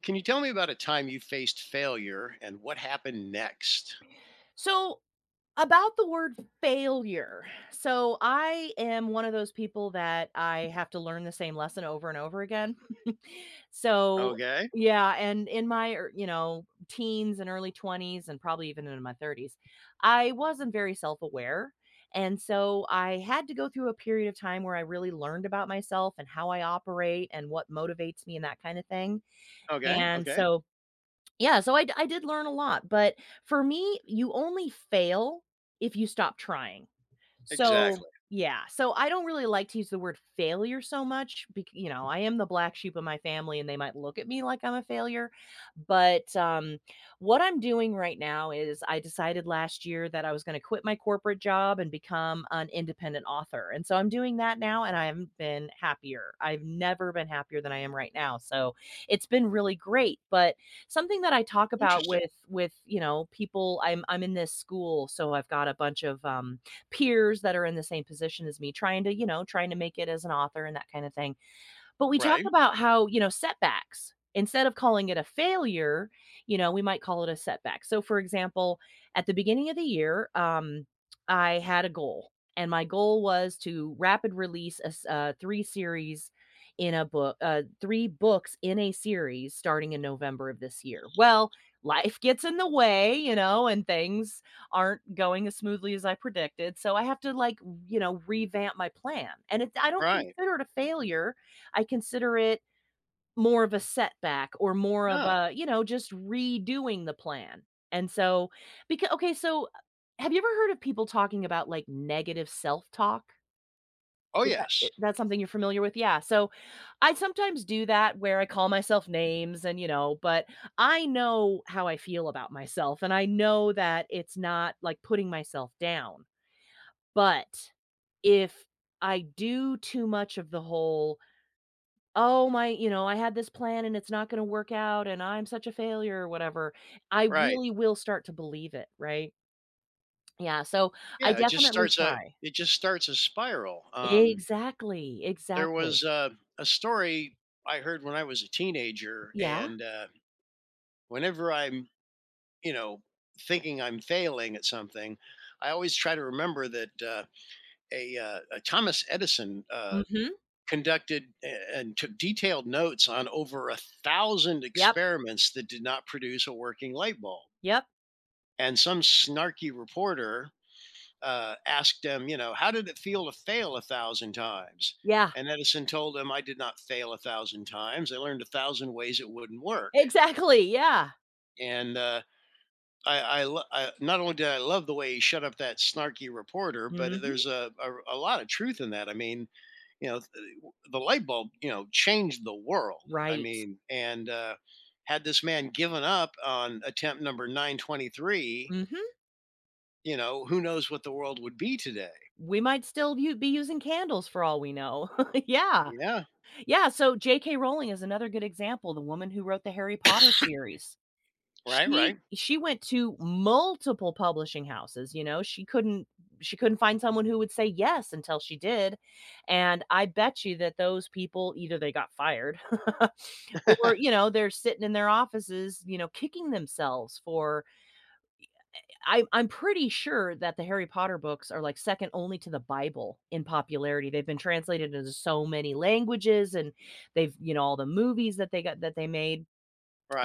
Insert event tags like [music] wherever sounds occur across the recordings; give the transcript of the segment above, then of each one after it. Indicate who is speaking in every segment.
Speaker 1: Can you tell me about a time you faced failure and what happened next?
Speaker 2: So, about the word failure. So, I am one of those people that I have to learn the same lesson over and over again. [laughs] so,
Speaker 1: Okay.
Speaker 2: yeah, and in my, teens and early 20s and probably even in my 30s, I wasn't very self-aware. And so I had to go through a period of time where I really learned about myself and how I operate and what motivates me and that kind of thing.
Speaker 1: Okay.
Speaker 2: And
Speaker 1: Okay.
Speaker 2: so yeah, so I did learn a lot, but for me, you only fail if you stop trying. So,
Speaker 1: Exactly.
Speaker 2: yeah, so I don't really like to use the word failure so much because you know, I am the black sheep of my family and they might look at me like I'm a failure, but, what I'm doing right now is I decided last year that I was gonna quit my corporate job and become an independent author, and so I'm doing that now and I have been happier. I've never been happier than I am right now, so it's been really great, but something that I talk about
Speaker 1: Interesting.
Speaker 2: with you know, people. I'm in this school, so I've got a bunch of, peers that are in the same position as me, trying to, you know, trying to make it as an author and that kind of thing. But we talk
Speaker 1: Right.
Speaker 2: about how, you know, setbacks, instead of calling it a failure, you know, we might call it a setback. So, for example, at the beginning of the year, I had a goal, and my goal was to rapid release 3 series in a book 3 books in a series starting in November of this year. Well, life gets in the way, you know, and things aren't going as smoothly as I predicted. So I have to you know, revamp my plan. I don't
Speaker 1: Right.
Speaker 2: consider it a failure. I consider it more of a setback or more of
Speaker 1: No.
Speaker 2: a, you know, just redoing the plan. And so because okay, so have you ever heard of people talking about, like, negative self-talk?
Speaker 1: Oh
Speaker 2: Is that
Speaker 1: yes.
Speaker 2: That's something you're familiar with? Yeah, so I sometimes do that where I call myself names and, you know, but I know how I feel about myself, and I know that it's not, like, putting myself down. But if I do too much of the whole "Oh, my," you know, "I had this plan and it's not gonna work out and I'm such a failure," or whatever, I
Speaker 1: Right.
Speaker 2: really will start to believe it, right? Yeah, so I
Speaker 1: Yeah. It just
Speaker 2: definitely
Speaker 1: starts a
Speaker 2: try.
Speaker 1: it just starts a spiral.
Speaker 2: Exactly,
Speaker 1: There
Speaker 2: exactly.
Speaker 1: was a story I heard when I was a teenager,
Speaker 2: Yeah.
Speaker 1: and whenever I'm you know thinking I'm failing at something, I always try to remember that a Thomas Edison
Speaker 2: Mhm.
Speaker 1: conducted and took detailed notes on over a thousand
Speaker 2: Yep,
Speaker 1: experiments that did not produce a working light bulb.
Speaker 2: yep.
Speaker 1: And some snarky reporter asked him, you know, how did it feel to fail a thousand times?
Speaker 2: Yeah.
Speaker 1: And Edison told him, I did not fail a thousand times. I learned a thousand ways it wouldn't work.
Speaker 2: Exactly, yeah.
Speaker 1: And I not only did I love the way he shut up that snarky reporter, but
Speaker 2: Mhm.
Speaker 1: there's a lot of truth in that. I mean, you know, the light bulb, you know, changed the world. I
Speaker 2: Right.
Speaker 1: mean, and had this man given up on attempt number 923,
Speaker 2: Mhm.
Speaker 1: you know, who knows what the world would be today?
Speaker 2: We might still u be using candles for all we know. [laughs] Yeah.
Speaker 1: Yeah.
Speaker 2: Yeah, so J.K. Rowling is another good example, the woman who wrote the Harry Potter series.
Speaker 1: Right.
Speaker 2: She
Speaker 1: Right.
Speaker 2: she went to multiple publishing houses, you know, she couldn't find someone who would say yes until she did, and I bet you that those people either they got fired [laughs] or,
Speaker 1: [laughs]
Speaker 2: you know, they're sitting in their offices, you know, kicking themselves for I'm pretty sure that the Harry Potter books are, like, second only to the Bible in popularity. They've been translated into so many languages, and they've you know, all the movies that they got that they made.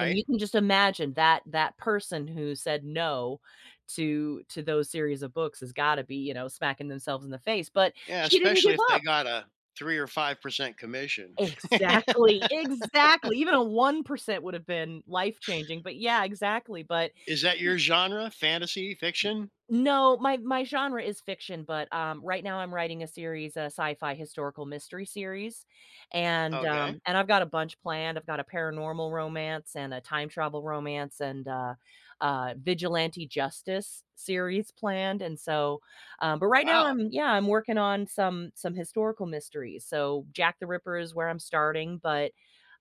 Speaker 2: And you can just imagine that that person who said no to those series of books has gotta be, you know, smacking themselves in the face, but
Speaker 1: Yeah.
Speaker 2: she didn't
Speaker 1: Especially
Speaker 2: give
Speaker 1: if they
Speaker 2: up.
Speaker 1: got a three or 5% commission. [laughs]
Speaker 2: Exactly, exactly. Even a 1% would have been life-changing, but yeah, exactly, but
Speaker 1: Is that
Speaker 2: she
Speaker 1: your genre? Fantasy fiction?
Speaker 2: No, my genre is fiction, but, right now I'm writing a series, a sci-fi historical mystery series, and,
Speaker 1: Okay.
Speaker 2: um and I've got a bunch planned. I've got a paranormal romance and a time travel romance and, vigilante justice series planned, and so, but right now
Speaker 1: Wow.
Speaker 2: I'm working on some historical mysteries. So, Jack the Ripper is where I'm starting, but,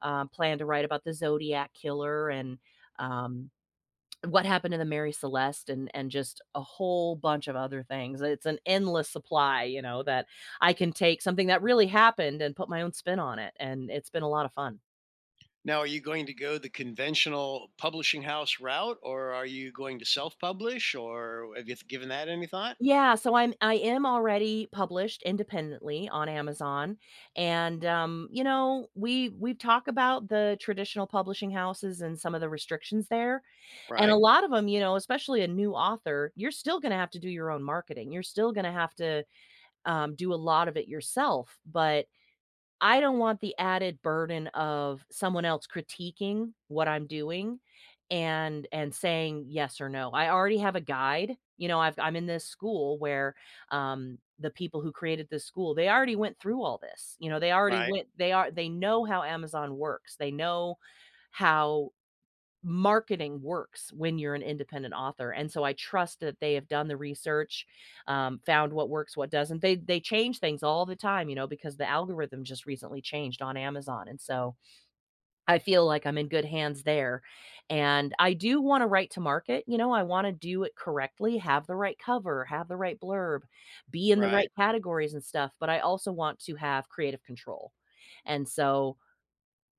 Speaker 2: plan to write about the Zodiac Killer and, um what Happened to the Mary Celeste and just a whole bunch of other things. It's an endless supply, you know, that I can take something that really happened and put my own spin on it, and it's been a lot of fun.
Speaker 1: Now, are you going to go the conventional publishing house route or are you going to self publish or have you given that any thought?
Speaker 2: Yeah, so I am already published independently on Amazon, and, you know, we talk about the traditional publishing houses and some of the restrictions there, and a
Speaker 1: Right,
Speaker 2: lot of them, you know, especially a new author, you're still gonna have to do your own marketing. You're still gonna have to, do a lot of it yourself, but I don't want the added burden of someone else critiquing what I'm doing and saying yes or no. I already have a guide. You know, I'm in this school where the people who created this school, they already went through all this. You know, they already
Speaker 1: right,
Speaker 2: went they know how Amazon works. They know how marketing works when you're an independent author, and so I trust that they have done the research, found what works, what doesn't. They change things all the time, you know, because the algorithm just recently changed on Amazon, and so I feel like I'm in good hands there, and I do wanna write to market, you know, I wanna do it correctly, have the right cover, have the right blurb, be in the
Speaker 1: right.
Speaker 2: right categories and stuff, but I also want to have creative control, and so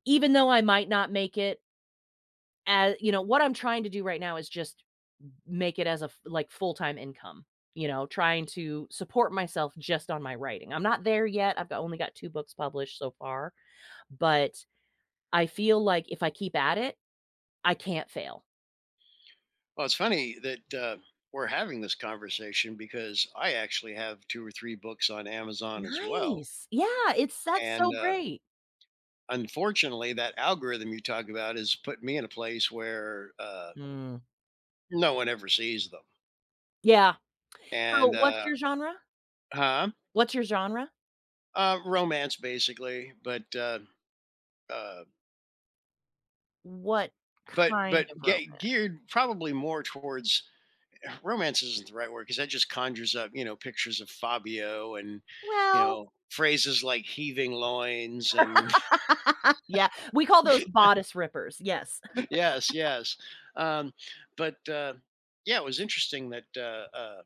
Speaker 2: even though I might not make it as you know, what I'm trying to do right now is just make it as like full-time income, you know, trying to support myself just on my writing. I'm not there yet. Only got two books published so far, but I feel like if I keep at it, I can't fail.
Speaker 1: Well, it's funny that we're having this conversation because I actually have two or three books on Amazon as well.
Speaker 2: Nice. Yeah, it's that's so
Speaker 1: And
Speaker 2: great.
Speaker 1: unfortunately, that algorithm you talk about has put me in a place where
Speaker 2: Mm.
Speaker 1: no one ever sees them.
Speaker 2: Yeah. So
Speaker 1: And,
Speaker 2: what's your genre?
Speaker 1: huh?
Speaker 2: What's your genre?
Speaker 1: Romance, basically. Uh,
Speaker 2: What
Speaker 1: but
Speaker 2: kind of romance?
Speaker 1: geared probably more towards [sighs] romance isn't the right word because that just conjures up, you know, pictures of Fabio and you
Speaker 2: Well,
Speaker 1: know phrases like heaving loins and
Speaker 2: yeah, we call those bodice rippers. Yes.
Speaker 1: [laughs] yes, yes, um, but yeah, it was interesting that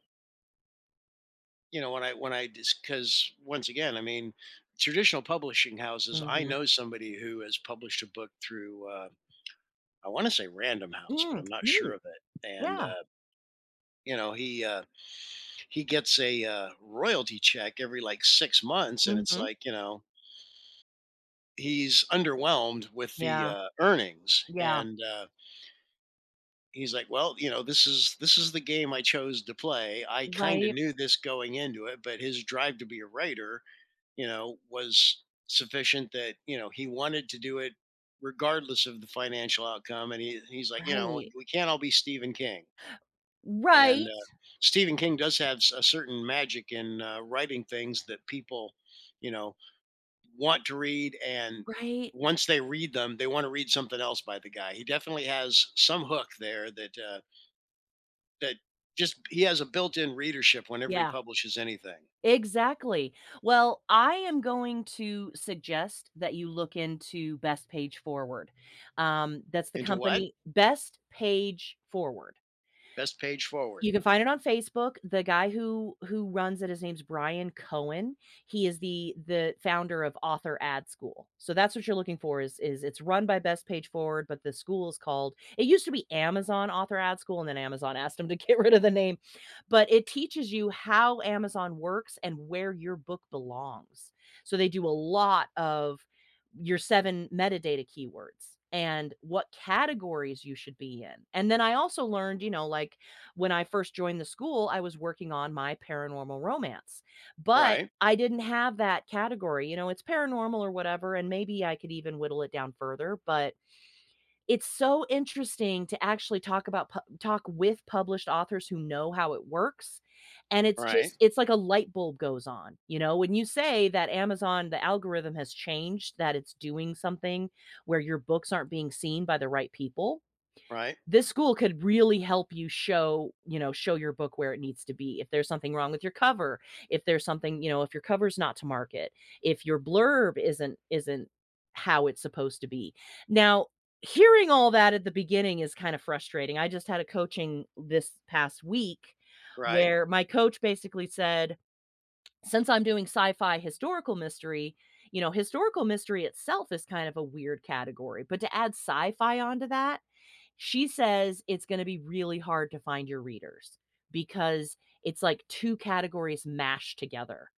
Speaker 1: you know, when I, because once again, I mean, traditional publishing houses, I
Speaker 2: Mhm.
Speaker 1: know somebody who has published a book through I want to say Random House, but
Speaker 2: Mm,
Speaker 1: I'm not sure
Speaker 2: neat.
Speaker 1: of it, and
Speaker 2: Yeah.
Speaker 1: you know, he gets a royalty check every like 6 months, and it's
Speaker 2: Mhm.
Speaker 1: like, you know, he's underwhelmed with the
Speaker 2: Yeah.
Speaker 1: earnings,
Speaker 2: Yeah.
Speaker 1: and he's like, well, you know, this is the game I chose to play. I kind of
Speaker 2: Right,
Speaker 1: knew this going into it, but his drive to be a writer, you know, was sufficient that you know he wanted to do it regardless of the financial outcome, and he's like, you know,
Speaker 2: right.
Speaker 1: we can't all be Stephen King. And
Speaker 2: Right?
Speaker 1: Stephen King does have a certain magic in writing things that people, you know, want to read. And
Speaker 2: Right.
Speaker 1: once they read them, they want to read something else by the guy. He definitely has some hook there that that just he has a built-in readership whenever he
Speaker 2: Yeah,
Speaker 1: publishes anything.
Speaker 2: exactly. Well, I am going to suggest that you look into Best Page Forward. That's the
Speaker 1: Into what?
Speaker 2: company Best Page Forward.
Speaker 1: Best page
Speaker 2: You
Speaker 1: forward.
Speaker 2: can find it on Facebook. The guy who runs it, his name's Brian Cohen. He is the founder of Author Ad School. So that's what you're looking for is it's run by Best Page Forward, but the school is called it used to be Amazon Author Ad School, and then Amazon asked them to [laughs] get rid of the name. But it teaches you how Amazon works and where your book belongs. So they do a lot of your seven metadata keywords and what categories you should be in. And then I also learned, you know, like when I first joined the school, I was working on my paranormal romance, but
Speaker 1: Right.
Speaker 2: I didn't have that category, you know, it's paranormal or whatever, and maybe I could even whittle it down further, but it's so interesting to actually talk about pu talk with published authors who know how it works, and it's
Speaker 1: Right.
Speaker 2: just it's like a light bulb goes on, you know, when you say that Amazon the algorithm has changed, that it's doing something where your books aren't being seen by the right people,
Speaker 1: Right.
Speaker 2: this school could really help you show, you know, show your book where it needs to be. If there's something wrong with your cover, if there's something, you know, if your cover's not to market, if your blurb isn't how it's supposed to be. Now, hearing all that at the beginning is kind of frustrating. I just had a coaching this past week
Speaker 1: Right.
Speaker 2: where my coach basically said, since I'm doing sci-fi historical mystery, you know, historical mystery itself is kind of a weird category, but to add sci-fi onto that, she says it's gonna be really hard to find your readers because it's like 2 categories mashed together.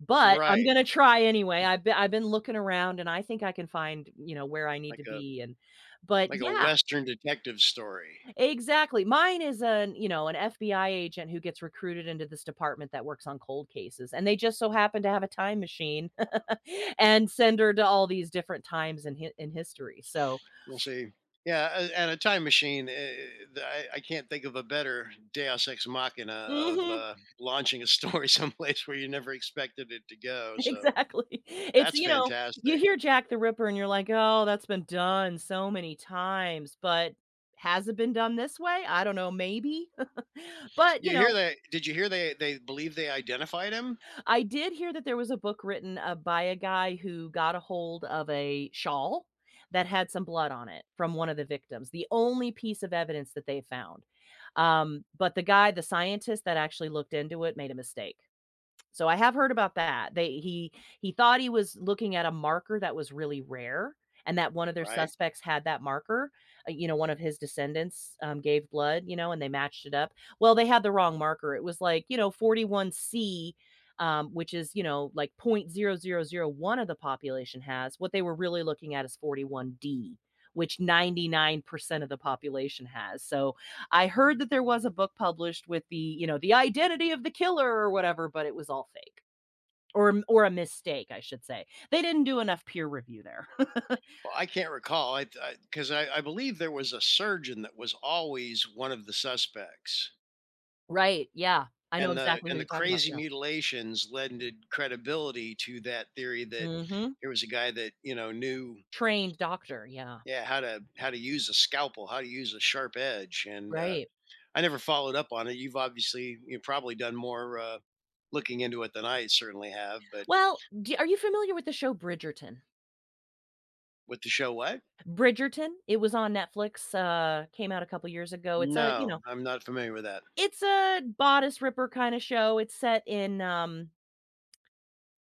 Speaker 2: But I'm
Speaker 1: Right.
Speaker 2: gonna try anyway. I've been looking around and I think I can find, you know, where I need
Speaker 1: Like
Speaker 2: to
Speaker 1: a
Speaker 2: be and but
Speaker 1: like a
Speaker 2: yeah,
Speaker 1: western detective story.
Speaker 2: exactly. Mine is you know, an FBI agent who gets recruited into this department that works on cold cases, and they just so happen to have a time machine [laughs] and send her to all these different times in history. So
Speaker 1: We'll see. Yeah, and a time machine. I can't think of a better Deus ex machina of
Speaker 2: Mhm.
Speaker 1: [laughs] launching a story [laughs] someplace where you never expected it to go.
Speaker 2: [laughs]
Speaker 1: So
Speaker 2: Exactly. It's
Speaker 1: that's
Speaker 2: you know, you
Speaker 1: fantastic.
Speaker 2: hear Jack the Ripper and you're like, "Oh, that's been done so many times," but has it been done this way? I don't know, maybe. [laughs] But,
Speaker 1: You hear that? Did you hear they believe they identified him?
Speaker 2: I did hear that there was a book written, by a guy who got a hold of a shawl that had some blood on it from one of the victims, the only piece of evidence that they found. But the guy, the scientist that actually looked into it, made a mistake. So I have heard about that. They He thought he was looking at a marker that was really rare, and that one of their
Speaker 1: Right.
Speaker 2: suspects had that marker. One of his descendants gave blood, and they matched it up. Well, they had the wrong marker. It was like, 41C, which is, like point 0.0001 of the population has. What they were really looking at is 41D, which 99% of the population has. So I heard that there was a book published with the, the identity of the killer or whatever, but it was all fake or a mistake, I should say. They didn't do enough peer review there. [laughs]
Speaker 1: Well, I can't recall. I, because I, 'cause I believe there was a surgeon that was always one of the suspects,
Speaker 2: Right, yeah. I know
Speaker 1: and the
Speaker 2: exactly who
Speaker 1: and the
Speaker 2: you're talking about,
Speaker 1: crazy
Speaker 2: yeah.
Speaker 1: mutilations lended credibility to that theory that
Speaker 2: Mhm.
Speaker 1: here was a guy that you know knew.
Speaker 2: Trained doctor, yeah.
Speaker 1: Yeah, how to use a scalpel, how to use a sharp edge, and
Speaker 2: Right.
Speaker 1: I never followed up on it. You've obviously you've probably done more looking into it than I certainly have. But
Speaker 2: Well, d are you familiar with the show Bridgerton?
Speaker 1: with the show, what?
Speaker 2: Bridgerton, it was on Netflix, came out a couple years ago.
Speaker 1: No, I'm not familiar with that.
Speaker 2: It's a bodice ripper kinda show. It's set in,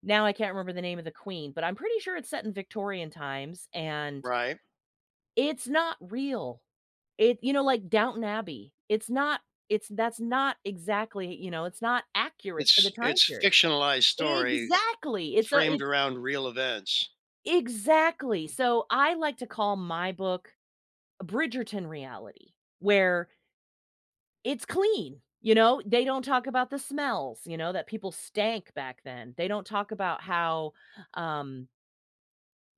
Speaker 2: now I can't remember the name of the queen, but I'm pretty sure it's set in Victorian times, and
Speaker 1: Right?
Speaker 2: it's not real. Like Downton Abbey, it's not it's that's not exactly, it's not accurate to the time
Speaker 1: It's
Speaker 2: period.
Speaker 1: fictionalized story
Speaker 2: Exactly. It's a it
Speaker 1: framed around real events.
Speaker 2: exactly. So I like to call my book Bridgerton reality, where it's clean. You know, they don't talk about the smells, you know, that people stank back then. They don't talk about how, um,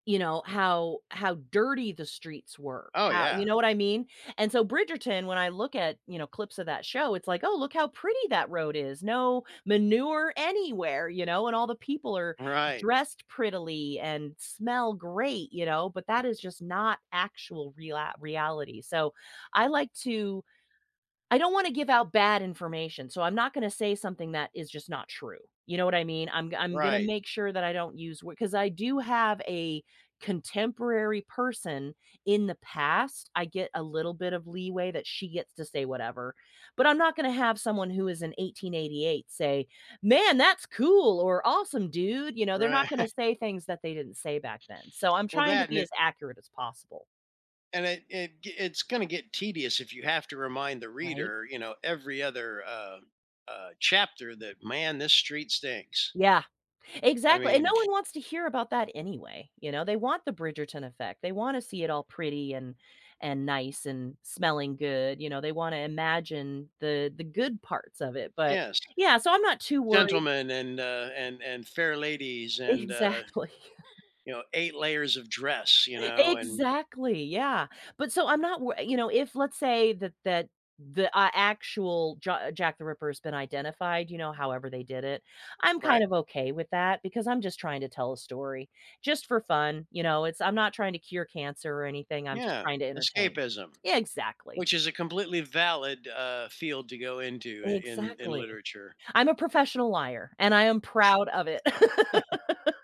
Speaker 2: you know, how dirty the streets were,
Speaker 1: Oh
Speaker 2: how, you
Speaker 1: yeah,
Speaker 2: know what I mean? And so Bridgerton, when I look at, you know, clips of that show, it's like, "Oh, look how pretty that road is. No manure anywhere," you know, and all the people are
Speaker 1: right,
Speaker 2: dressed prettily and smell great, you know, but that is just not actual real reality. So, I like to I don't wanna give out bad information, so I'm not gonna say something that is just not true. You know what I mean? I'm gonna
Speaker 1: right,
Speaker 2: make sure that I don't use, because I do have a contemporary person in the past, I get a little bit of leeway that she gets to say whatever, but I'm not gonna have someone who is in 1888 say, "Man, that's cool," or "Awesome, dude," you know, they're not
Speaker 1: right.
Speaker 2: gonna say things that they didn't say back then, so I'm
Speaker 1: [laughs] well,
Speaker 2: trying to
Speaker 1: that
Speaker 2: be as accurate as possible,
Speaker 1: and it it's going to get tedious if you have to remind the
Speaker 2: right?
Speaker 1: reader, you know, every other chapter that man, this street stinks.
Speaker 2: Yeah.
Speaker 1: I
Speaker 2: Exactly, and
Speaker 1: mean,
Speaker 2: no one wants to hear about that anyway, you know? They want the Bridgerton effect. They wanna see it all pretty and nice and smelling good, you know? They wanna imagine the good parts of it, but
Speaker 1: yes,
Speaker 2: yeah, so I'm not too worried.
Speaker 1: gentlemen and and fair ladies
Speaker 2: [laughs]
Speaker 1: and
Speaker 2: Exactly.
Speaker 1: you know eight layers of dress, you know, and
Speaker 2: Exactly, yeah. But so I'm not wor you know, if let's say that that the, actual Ja Jack the Ripper has been identified, you know, however they did it, I'm kind
Speaker 1: right,
Speaker 2: of okay with that because I'm just trying to tell a story just for fun, you know, it's I'm not trying to cure cancer or anything, I'm just
Speaker 1: yeah,
Speaker 2: trying to entertain.
Speaker 1: escapism,
Speaker 2: Yeah, exactly,
Speaker 1: which is a completely valid field to go into in in
Speaker 2: exactly.
Speaker 1: literature.
Speaker 2: I'm a professional liar, and I am proud of it. [laughs]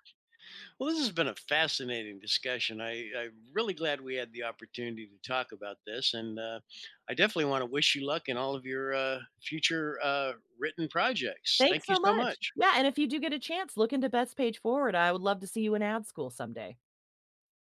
Speaker 1: Well, this has been a fascinating discussion. I, I'm really glad we had the opportunity to talk about this. And I definitely want to wish you luck in all of your future written projects.
Speaker 2: Thanks
Speaker 1: Thank you
Speaker 2: so
Speaker 1: so
Speaker 2: much.
Speaker 1: much.
Speaker 2: Yeah, and if you do get a chance, look into Best Page Forward. I would love to see you in ad school someday.